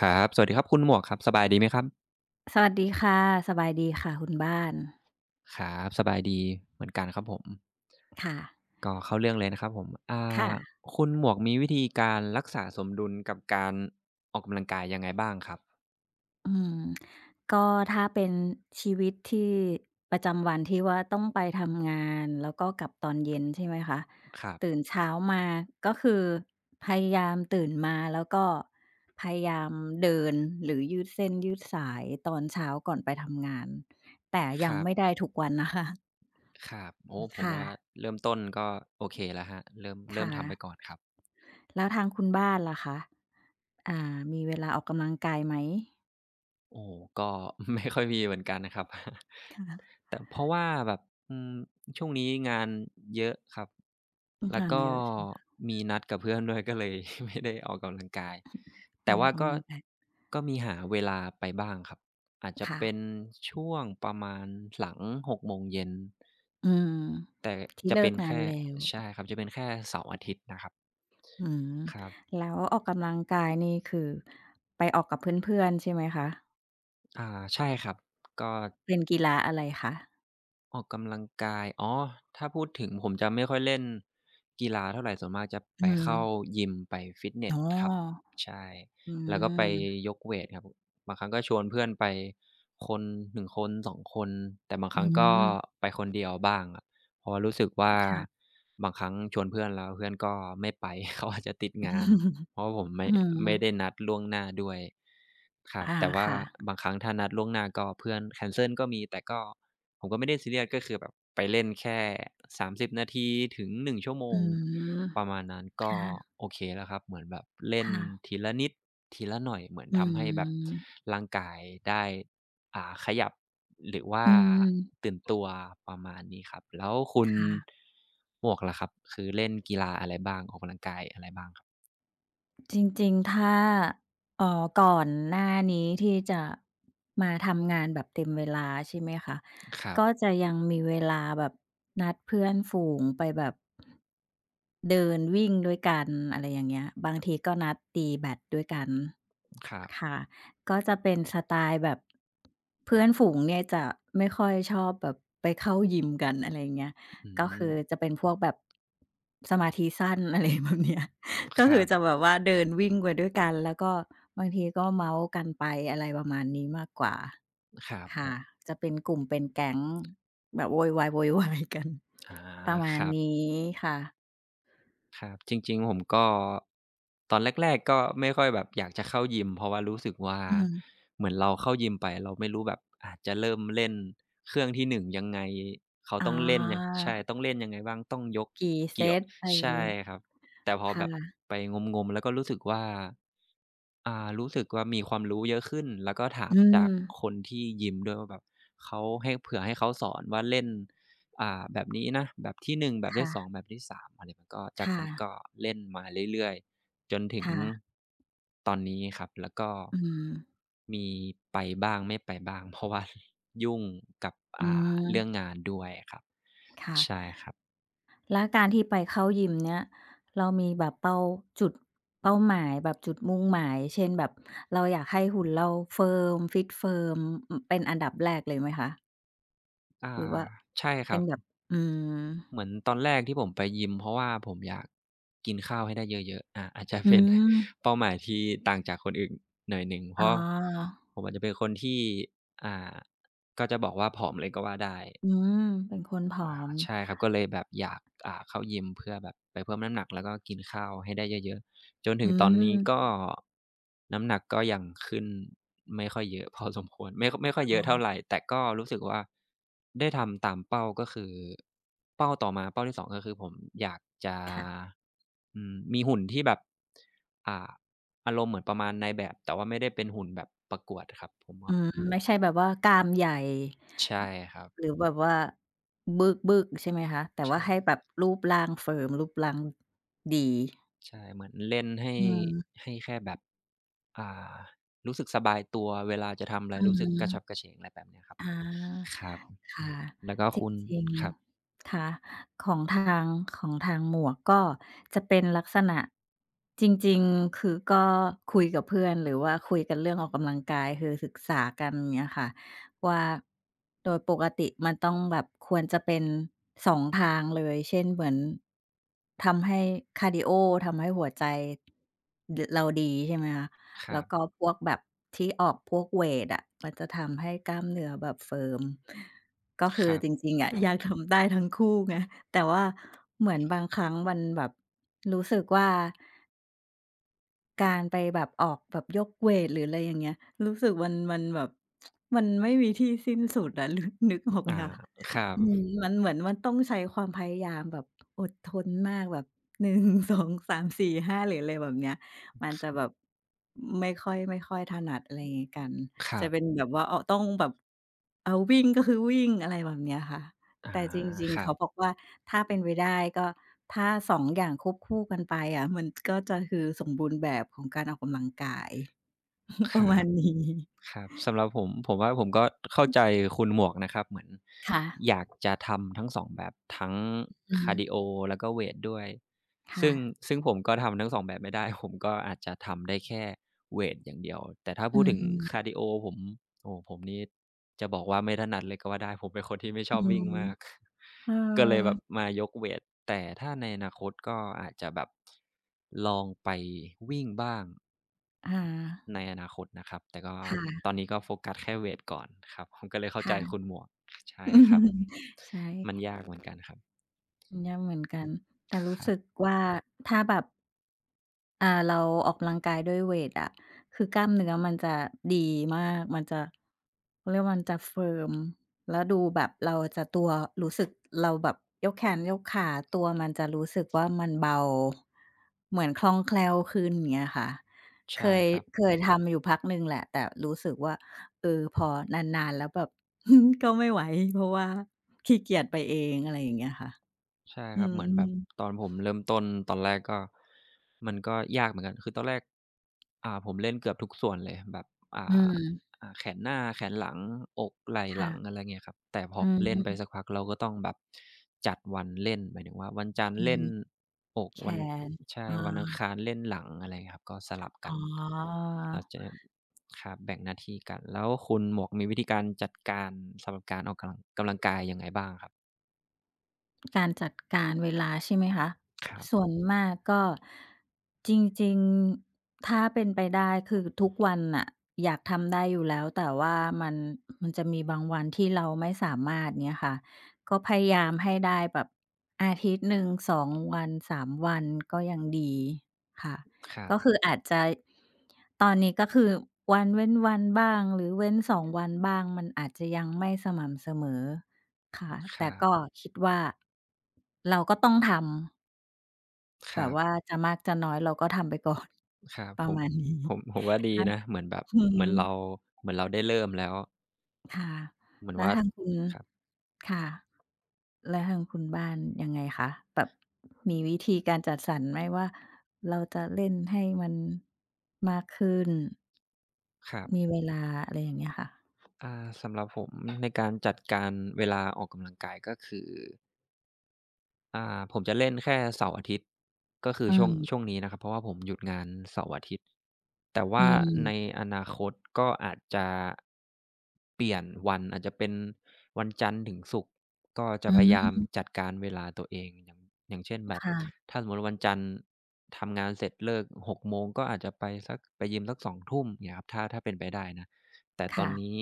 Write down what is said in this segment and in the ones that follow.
ครับสวัสดีครับคุณหมวกครับสบายดีไหมครับสวัสดีค่ะสบายดีค่ะคุณบ้านครับสบายดีเหมือนกันครับผมค่ะก็เข้าเรื่องเลยนะครับผมค่ะาคุณหมวกมีวิธีการรักษาสมดุลกับการออกกำลังกายยังไงบ้างครับอืมก็ถ้าเป็นชีวิตที่ประจำวันที่ว่าต้องไปทำงานแล้วก็กลับตอนเย็นใช่ไหมคะครัตื่บนเช้ามาก็คือพยายามตื่นมาแล้วก็พยายามเดินหรือยืดเส้นยืดสายตอนเช้าก่อนไปทำงานแต่คยังรับไม่ได้ทุกวันนะคะ ครับโอ้ ผมว่าค่ะเริ่มต้นก็โอเคแล้วครับเริ่มค่ะทำไปก่อนครับแล้วทางคุณบ้านล่ะคะอ่ามีเวลาออกกำลังกายไหม โอ้โฮก็ ไม่ค่อยมีเหมือนกันนะครับ แต่เพราะว่าแบบอืมช่วงนี้งานเยอะครับ ต้องแล้วทานก็เยอะใช่ไหมมีนัดกับเพื่อนด้วย ก็เลย ไม่ได้ออกกำลังกายไม่แต่ได้อว่าอกก็กำลังกายก็มีหาเวลาไปบ้างครับอาจจะค่ะเป็นช่วงประมาณหลัง6 โมงเย็นโมงเย็นอืมแต่ที่จะเลิเป็กนงานแค่แล้วใช่ครับจะเป็นแค่เสาร์อาทิตย์นะครับอืมครับแล้วออกกำลังกายนี่คือไปออกกับเพื่อนๆใช่ไหมคะอ่าใช่ครับก็ เป็นกีฬาอะไรคะออกกำลังกายอ๋อถ้าพูดถึงผมจะไม่ค่อยเล่นกีฬาเท่าไรส่วนมากจะไปอืมเข้ายิมไปฟิตเนสอ๋อครับใช่อืแล้วก็ไปมยกเวตครับบางครั้งก็ชวนเพื่อนไปคนหนึ่งคนสองคนแต่บางคอืรั้งก็มไปคนเดียวบ้างอะเพราะรู้สึกว่าค่ะบางครั้งชวนเพื่อนแล้วเพื่อนก็ไม่ไป เขาอาจจะติดงานเพราะว่าผมไม่อืไม่ได้มนัดล่วงหน้าด้วยครับอาแต่ว่าค่ะบางครั้งถ้านัดล่วงหน้าก็เพื่อนแคนเซิลก็มีแต่ก็ ผมก็ไม่ได้ซีเรียสก็คือแบบไปเล่นแค่30 นาทีถึงหนึ่งชั่วโมอืงมประมาณนั้นคก็่ะโอเคแล้วครับเหมือนแบบเล่นค่ะทีละนิดทีละหน่อยเหมือนอืทำให้แบบมร่างกายได้ขยับหรือว่าอืมตื่นตัวประมาณนี้ครับแล้วคุณค่ะ หมวกล่ะครับคือเล่นกีฬาอะไรบ้างออกกำลังกายอะไรบ้างครับจริงๆ ถ้าก่อนหน้านี้ที่จะมาทำงานแบบเต็มเวลาใช่ไหมคะครับก็จะยังมีเวลาแบบนัดเพื่อนฝูงไปแบบเดินวิ่งด้วยกันอะไรอย่างเงี้ยบางทีก็นัดตีแบดด้วยกันครับค่ะก็จะเป็นสไตล์แบบเพื่อนฝูงเนี่ยจะไม่ค่อยชอบแบบไปเข้ายิมกันอะไรอย่างเงี้ยอืก็มคือจะเป็นพวกแบบสมาธิสั้นอะไรแบบเนี้ย คก็คืรัอจะบแบบว่าเดินวิ่งไปด้วยกันแล้วก็บางทีก็เมาท์กันไปอะไรประมาณนี้มากกว่าครับโอ้ค่ะจะเป็นกลุ่มเป็นแก๊งแบบโวยวายโวยวายกัน อา ประมาคณรับ นี้ค่ะครับจริงๆผมก็ตอนแรกๆก็ไม่ค่อยแบบอยากจะเข้ายิมเพราะว่ารู้สึกว่าอืมเหมือนเราเข้ายิมไปเราไม่รู้แบบอาจจะเริ่มเล่นเครื่องที่หนึ่งยังไงเขาอ๋ต้องเล่นยังอใช่ต้องเล่นยังไงบ้างต้องยกกี่เซเกี่ยวตอะไรอย่างใช่งี้ครับแต่พอแบบค่ะไปงมๆแล้วก็รู้สึกว่า รู้สึกว่ามีความรู้เยอะขึ้นแล้วก็ถามอืจากคมนที่ยิมด้วยว่าแบบเขาให้เผื่อให้เขาสอนว่าเล่นแบบนี้นะแบบที่หนึ่งแบบที่ค่ะสองแบบที่สามอะไรมันก็จากค่ะนั้นก็เล่นมาเรื่อยๆจนถึงค่ะตอนนี้ครับแล้วก็อืมมีไปบ้างไม่ไปบ้าง เพราะว่ายุ่งกับอืมเรื่องงานด้วยครับค่ะ ใช่ครับแล้วการที่ไปเข้ายิมเนี่ยเรามีแบบเป้าจุดเป้าหมายแบบจุดมุ่งหมายเช่นแบบเราอยากให้หุ่นเราเฟิร์มฟิตเฟิร์มอเป็นอันดับแรกเลยไหมคะอ่าหรือว่าใช่คเป็รันบ แบบอืมเหมือนตอนแรกที่ผมไปยิมเพราะว่าผมอยากกินข้าวให้ได้เยอะๆอา อาจจะอืเป็น ม เป้าหมายที่ต่างจากคนอื่นหน่อยหนึ่งเพอ๋ราะอผมอาจจะเป็นคนที่อ่าก็จะบอกว่าผอมเลยก็ว่าได้ อืมเป็นคนผออามใช่ครับก็เลยแบบอยากเข้ายิมเพื่อแบบไปเพิ่มน้ำหนักแล้วก็กินข้าวให้ได้เยอะๆจนถึอืงตอนนี้มก็น้ำหนักก็ยังขึ้นไม่ค่อยเยอะ พอสมควรไม่ค่อยเยอะเท่าไรแต่ก็รู้สึกว่าได้ทำตามเป้าก็คือเป้าต่อมาเป้าที่สองก็คือผมอยากจะค่ะอืมมีหุ่นที่แบบอ่าอารมณ์เหมือนประมาณนายแบบแต่ว่าไม่ได้เป็นหุ่นแบบประกวดครับผมว่าไม่ใช่แบบว่ากรามใหญ่ใช่ครับหรือแบบว่าบึกๆใช่ไหมคะแต่ว่าใช่ ให้แบบรูปร่างเฟิร์มรูปร่างดีใช่เหมือนเล่นให้อืมให้แค่แบบอ่ารู้สึกสบายตัวเวลาจะทำอะไรอืรู้สึกกระฉับม กระเฉงอะไรแบบเนี้ยครับอาครับค่ะแล้วก็จคุณริงครับๆค่ะของทางของทางหมวกก็จะเป็นลักษณะจริงๆคือก็คุยกับเพื่อนหรือว่าคุยกันเรื่องออกกำลังกายคือศึกษากันอย่างเงี้ยค่ะว่าโดยปกติมันต้องแบบควรจะเป็นสองทางเลยเช่นเหมือนทำให้คาร์ดีโอทำให้หัวใจดเราดีใช่ไหมคะ ครัแล้วบก็พวกแบบที่ออกพวกเวตอะมันจะทำให้กล้ามเนื้อแบบเฟิร์มก็คคือรัจบริงๆอะอยากทำได้ทั้งคู่ไงแต่ว่าเหมือนบางครั้งมันแบบรู้สึกว่า การไปแบบออกแบบยกเวตหรืออะไรอย่างเงี้ยรู้สึกมันแบบมันไม่มีที่สิ้นสุดอะ นึกออกไหมอ่าคะครับอืมมันเหมือนมันต้องใช้ความพยายามแบบอดทนมากแบบ 1 2 3 4 5หาหรืออะไรแบบเนี้ยมันจะแบบไม่ค่อยถนัดอะไรอย่างงี้กันครัจะเป็นบแบบว่าอ้อต้องแบบเอาวิ่งก็คือวิ่งอะไรแบบเนี้ยค่ะ อาแต่จริงคๆ รับ เขาบอกว่าถ้าเป็นไปได้ก็ถ้าสองอย่างควบคู่กันไปอะมันก็จะคือสมบูรณ์แบบของการออกกำลังกาย คประรัมาณบนี้ครับสำหรับผมผมว่าผมก็เข้าใจคุณหมวกนะครับเหมือนค่ะอยากจะทำทั้งสองแบบทั้งอือฮึคาร์ดิโอแล้วก็เวตด้วยค่ะซึ่งซึ่งผมก็ทำทั้งสองแบบไม่ได้ ผมก็อาจจะทำได้แค่เวตอย่างเดียวแต่ถ้าอืพูดถึงมคาร์ดิโอผมโอ้โฮผมนี่ จะบอกว่าไม่ถนัดเลยก็ว่าได้ผมเป็นคนที่ไม่ชอือบวิ่มงมาก เออ ก็เลยแบบมายกเวทแต่ถ้าในอนาคตก็อาจจะแบบลองไปวิ่งบ้างอาในอนาคตนะครับแต่ก็ตค่ะอนนี้ก็โฟกัสแค่เวทก่อนครับ ผมก็เลยเข้าใจคุค่ะ ณหมวกใช่ครับ ใช่ มันยากเหมือนกันครับยากเหมือนกันแต่ครู้รัสึกบว่าถ้าแบบเราออกกำลังกายด้วยเวตอะคือกล้ามเนื้อมันจะดีมากมันจะเขาเรียกว่ามันจะเฟิร์มแล้วดูแบบเราจะตัวรู้สึกเราแบบยกแขนยกขาตัวมันจะรู้สึกว่ามันเบาเหมือนคล่องแคล่วขึ้นอย่างเงี้ยค่ะเคใช่ยครับ เคยทำอยู่พักหนึ่งแหละแต่รู้สึกว่าเออพอนานๆแล้วแบบ ก็ไม่ไหวเพราะว่าขี้เกียจไปเองอะไรอย่างเงี้ยค่ะ ใช่อืครับเหมือนแบบตมอนผมเริ่มต้นตอนแรกก็มันก็ยากเหมือนกันคือตอนแรกผมเล่นเกือบทุกส่วนเลยแบบอือ่ามแขนหน้าแขนหลังอกไหล่หค่ะลังอะไรเงี้ยครับแต่พออืเล่นไปมสักพักเราก็ต้องแบบจัดวันเล่นหมายถึงว่าวันจันทร์อือเล่นฮึอกแขวันนใช่อาวันอังคารเล่นหลังอะไรเงี้ยครับก็สลับกัอ๋นอ เราจะครับแบ่งหน้าที่กันแล้วคุณหมวกมีวิธีการจัดการสำหรับการออกกำลังกำลังกายยังไงบ้างครับการจัดการเวลาใช่ไหมคะ ครับส่วนมากก็จริงๆ ถ้าเป็นไปได้คือทุกวันน่ะอยากทำได้อยู่แล้วแต่ว่ามันมันจะมีบางวันที่เราไม่สามารถเงี้ยค่ะก็พยายามให้ได้แบบอาทิตย์หนึ่ง2วัน3วันก็ยังดีค่ะครัก็บคืออาจจะตอนนี้ก็คือวันเว้นวันบ้างหรือเว้น2วันบ้างมันอาจจะยังไม่สม่ำเสมอ ค่ะคแต่รัก็บ คิดว่าเราก็ต้องทคำแบรับว่าบจะมากจะน้อยเราก็ทำไปก่อน ครับ ปผระมมาณนี้ผมผมว่าดีแล้วนะเหมือนแบบอืเหมือนเรามเหมือนเราได้เริ่มแล้วค่ะเหมือนแล้วว่าทางคุณครับค่ะแล้วทางคุณบ้านยังไงคะแบบมีวิธีการจัดสรรไหมว่าเราจะเล่นให้มันมากขึ้นครับมีเวลาอะไรอย่างเงี้ยค่ะอ่าสำหรับผมในการจัดการเวลาออกกำลังกายก็คือ ผมจะเล่นแค่เสาร์อาทิตย์ก็คืออืช่วงช่วมงนี้นะครับเพราะว่าผมหยุดงานเสาร์อาทิตย์แต่อืว่าในมอนาคตก็อาจจะเปลี่ยนวันอาจจะเป็นวันจันทร์ถึงศุกร์ก็จะอืพยายามมจัดการเวลาตัวเองอย่างอย่างเช่นแบบค่ะถ้าสมมุติวันจันทร์ทำงานเสร็จเลิกหกโมงก็อาจจะไปสักไปยิมสักสองทุ่มเงี้ยครับถ้าเป็นไปได้นะแต่ตอนค่ะนี้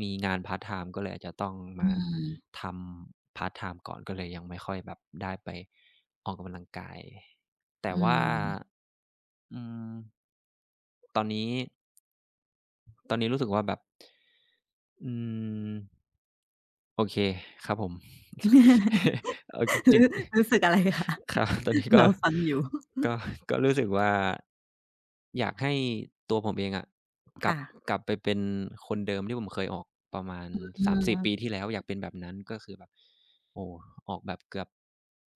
มีงานพาร์ตไทม์ก็เลยอาจจะต้องอืมา มทำพาร์ตไทม์ก่อนก็เลยยังไม่ค่อยแบบได้ไปออกกำลังกายแต่อืว่าม อืมตอนนี้ตอนนี้รู้สึกว่าแบบอืม โอเคครับผม โอเค จิก รู้รู้สึกอะไรคะ ครับ ตอนนี้ก็เราฟังอยู่ ก็ก็รู้สึกว่าอยากให้ตัวผมเองอะกลับค่ะไปเป็นคนเดิมที่ผมเคยออกประมาณอืสามสี4ปีมที่แล้วอยากเป็นแบบนั้นก็คือแบบโอ้ออกแบบเกือบ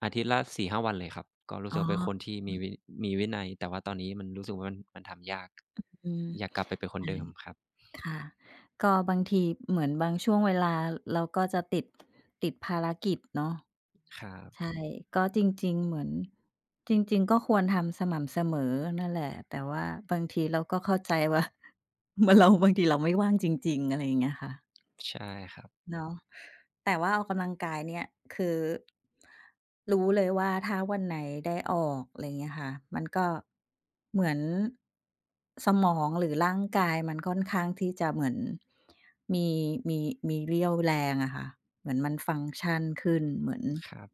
อาทิตย์ละ4-5วันเลยครับก็รู้อ๋สึอกว่าเป็นคนที่มีวิมีวินัยแต่ว่าตอนนี้มันรู้สึกว่ามันมันทำยากอืมอยากกลับไปเป็นคนใช่เดิมครับค่ะ ก็บางทีเหมือนบางช่วงเวลาเราก็จะติดภารกิจเนาะครับใช่ก็จริงๆเหมือนจริงๆก็ควรทำสม่ำเสมอนั่นแหละแต่ว่าบางทีเราก็เข้าใจว่า เหมือนเราบางทีเราไม่ว่างจริงๆอะไรอย่างเงี้ยค่ะ ใช่ครับเนาะแต่ว่าออกกำลังกายเนี่ยคือรู้เลยว่าถ้าวันไหนได้ออกอะไรเงี้ยค่ะมันก็เหมือนสมองหรือร่างกายมันค่อนข้างที่จะเหมือนมีมีมีเรี่ยวแรงอะค่ะเหมือนมันฟังก์ชันขึ้นเหมือน ครับ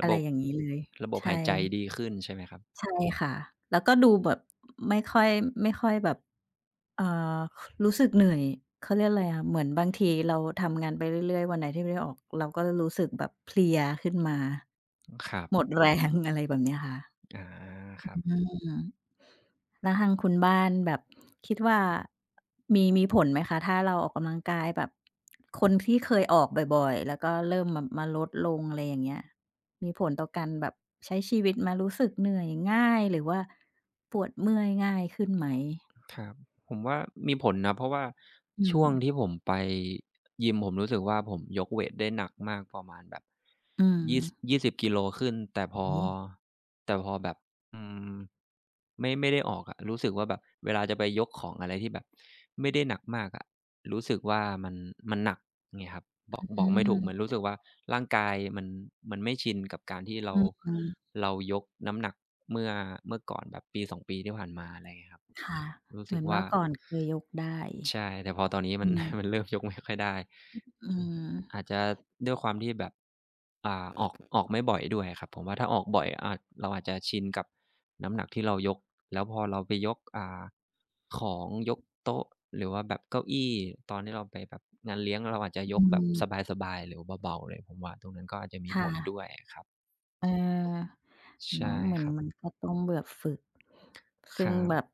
ระบบระบบหายใจดีขึ้นใช่ไหมครับใช่ค่ะ แล้วก็ดูแบบไม่ค่อยไม่ค่อยแบบเอ่อรู้สึกเหนื่อย เขาเรียกอะไรอะเหมือนบางทีเราทำงานไปเรื่อยๆ วันไหนที่ไม่ได้ออกเราก็รู้สึกแบบเพลียขึ้นมา ครัหมดบแรงอะไรแบบเนี้ยค่ะอาครับอืม แล้วทางคุณบ้านแบบคิดว่ามีผลไหมคะถ้าเราออกกำลังกายแบบคนที่เคยออกบ่อยๆแล้วก็เริ่มมาลดลงอะไรอย่างเงี้ยมีผลต่อการแบบใช้ชีวิตไหมรู้สึกเหนื่อยง่ายหรือว่าปวดเมื่อยง่ายขึ้นไหมครับผมว่ามีผลนะเพราะว่าอืมช่วงที่ผมไปยิมผมรู้สึกว่าผมยกเวตได้หนักมากประมาณแบบ อืมยี่ยี่สิบกิโลขึ้นแต่พอแบบอืมไม่ได้ออกอะรู้สึกว่าแบบเวลาจะไปยกของอะไรที่แบบไม่ได้หนักมากอะรู้สึกว่ามันมันหนักเงี้ยครับบอกบอือกไม่ถูกเหมือนมรู้สึกว่าร่างกายมันมันไม่ชินกับการที่เราอืมเรายกน้ำหนักเมื่อเมื่อก่อนแบบปีสองปีที่ผ่านมาอะไรเงี้ยครับๆค่ะรู้เหสึมืกอนว่าเมื่อก่อนเคยยกได้ใช่แต่พอตอนนี้มัน อื มัมนเริ่มยกไม่ค่อยได้อืเออ มอาจจะด้วยความที่แบบออกไม่บ่อยด้วยครับผมว่าถ้าออกบ่อยอาจเราอาจจะชินกับน้ำหนักที่เรายกแล้วพอเราไปยกของยกโต๊ะหรือว่าแบบเก้าอี้ตอนที่เราไปแบบงานเลี้ยงเราอาจจะยอืกแบบมสบายๆหรือเบาๆเลยผมว่าตรงนั้นก็อาจจะมีผค่ะ ลด้วยครับอาใช่เนาะเหมือคนรับเหมือนข้าวต้มแบบฝึกคซึ่รังบแบบ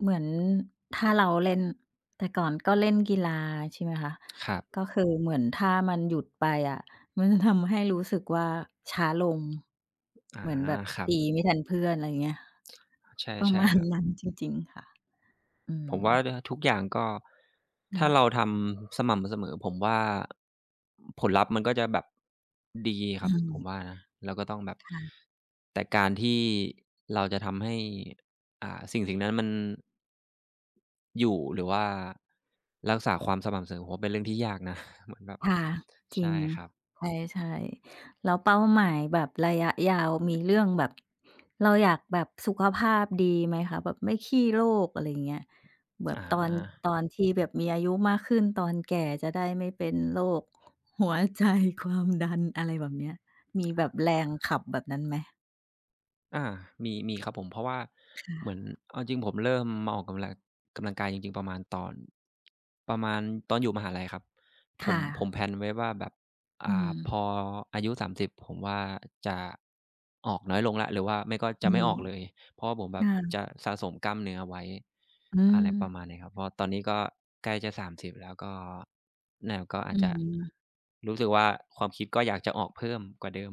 เหมือนถ้าเราเล่นแต่ก่อนก็เล่นกีฬาใช่ไหมคะครับก็คือเหมือนถ้ามันหยุดไปอะมันจะทำให้รู้สึกว่าช้าลงอาเหมือนแบบครัตีบไม่ทันเพื่อนอะไรอย่างเงี้ยประใช่มาๆณครับ นั้นจริงๆค่ะอืผมมว่าทุกอย่างก็ถ้าเนาะเราทำสม่ำเสมอผมว่าผลลัพธ์มันก็จะแบบดีคอืรับผมว่ามนะแล้วก็ต้องแบบค่ะ แต่การที่เราจะทำให้สิ่งๆนั้นมันอยู่หรือว่ารักษาความสม่ำเสมอผมว่าเป็นเรื่องที่ยากนะ เหมือนแบบค่ะจริใช่งครับใช่ๆแล้วเป้าหมายแบบระยะยาวมีเรื่องแบบเราอยากแบบสุขภาพดีไหมคะแบบไม่ขี้โรคอะไรอย่างเงี้ยแบบอา ตอนที่แบบมีอายุมากขึ้นตอนแก่จะได้ไม่เป็นโรคหัวใจความดันอะไรแบบเนี้ยมีแบบแรงขับแบบนั้นไหมอามีมีครับผมเพราะว่าเหมือนค่ะเอาจริงผมเริ่มมาออกกำลังกำลังกายจริงๆประมาณตอนอยู่มหาลัยครับผมค่ะผมแพลนไว้ว่าแบบอืมพออายุ30ผมว่าจะออกน้อยลงแล้วหรือว่าไม่ก็จะอืไม่อมอกเลย เพราะว่าผมแบบค่ะจะสะสมกล้ามเนื้อไว้อือะไรประมาณมเนี้ยครับเพราะตอนนี้ก็ใกล้จะสามสิบแล้วก็เนี่ยก็อาอืจจะมรู้สึกว่าความคิดก็อยากจะออกเพิ่มกว่าเดิม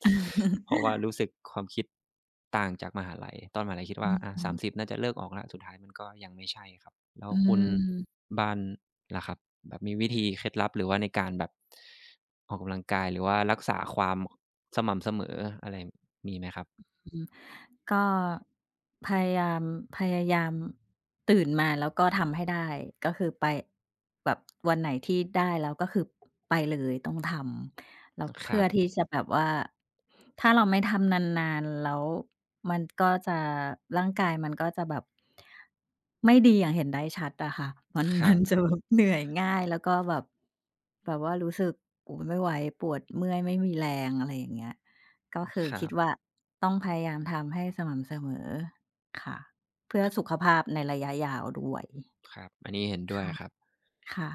เพราะว่ารู้สึกความคิดต่างจากมหาลัยตอนมหาลัยคิดว่าสามสิบน่าจะเลิกออกแล้วสุดท้ายมันก็ยังไม่ใช่ครับแล้วอืคุณม บ้านล่ะครับแบบมีวิธีเคล็ดลับหรือว่าในการแบบออกกำลังกายหรือว่ารักษาความสม่ำเสมออะไรมีไหมครับมก็พยายามพยายามตื่นมาแล้วก็ทำให้ได้ก็คือไปแบบวันไหนที่ได้แล้วก็คือไปเลยต้องทำแล้วครัเพื่อบที่จะแบบว่าถ้าเราไม่ทำนานๆแล้วมันก็จะร่างกายมันก็จะแบบไม่ดีอย่างเห็นได้ชัดอะค่ะ มันครัมันบ จะแบบเหนื่อยง่ายแล้วก็แบบแบบว่ารู้สึกโอ้ไม่ไหวปวดเมื่อยไม่มีแรงอะไรอย่างเงี้ย ก็คือครัคิดบว่าต้องพยายามทำให้สม่ำเสมอค่ะเพื่อสุขภาพในระยะยาวด้วยครับอันนี้เห็นด้วยค่ะครับค่ะ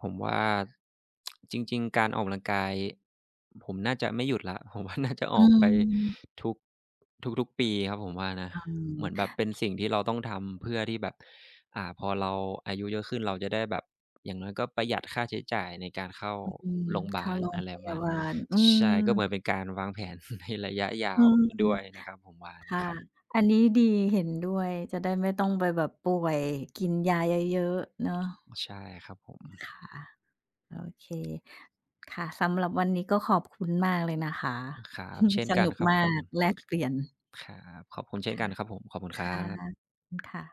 ผมว่าจริงๆการออกกำลังกายผมน่าจะไม่หยุดแล้ว ผมว่าน่าจะออือกไปมทุกทุกๆปีครับผมว่านะอืเหมือนแบมบเป็นสิ่งที่เราต้องทำเพื่อที่แบบพอเราอายุเยอะขึ้นเราจะได้แบบอย่างน้อยก็ประหยัดค่าใช้จ่ายในการเข้าอืมโรงบาเข้าลโรงอะไรพประยามาณบาลอืมใช่ก็เหมือนเป็นการวางแผน ในระยะยาวอืด้วยมนะครับผมว่านะคค่ะรับอันนี้ดีเห็นด้วยจะได้ไม่ต้องไปแบบป่วยกินยาเยอะๆเนาะใช่ครับผมค่ะโอเคค่ะสำหรับวันนี้ก็ขอบคุณมากเลยนะคะ ครับเช่น สกันนุกครับมาผกม แลกเปลี่ยนครับ ขอบคุณเช่นกันครับผม ขอบคุณครัค่ะขอบบคุณค่ะ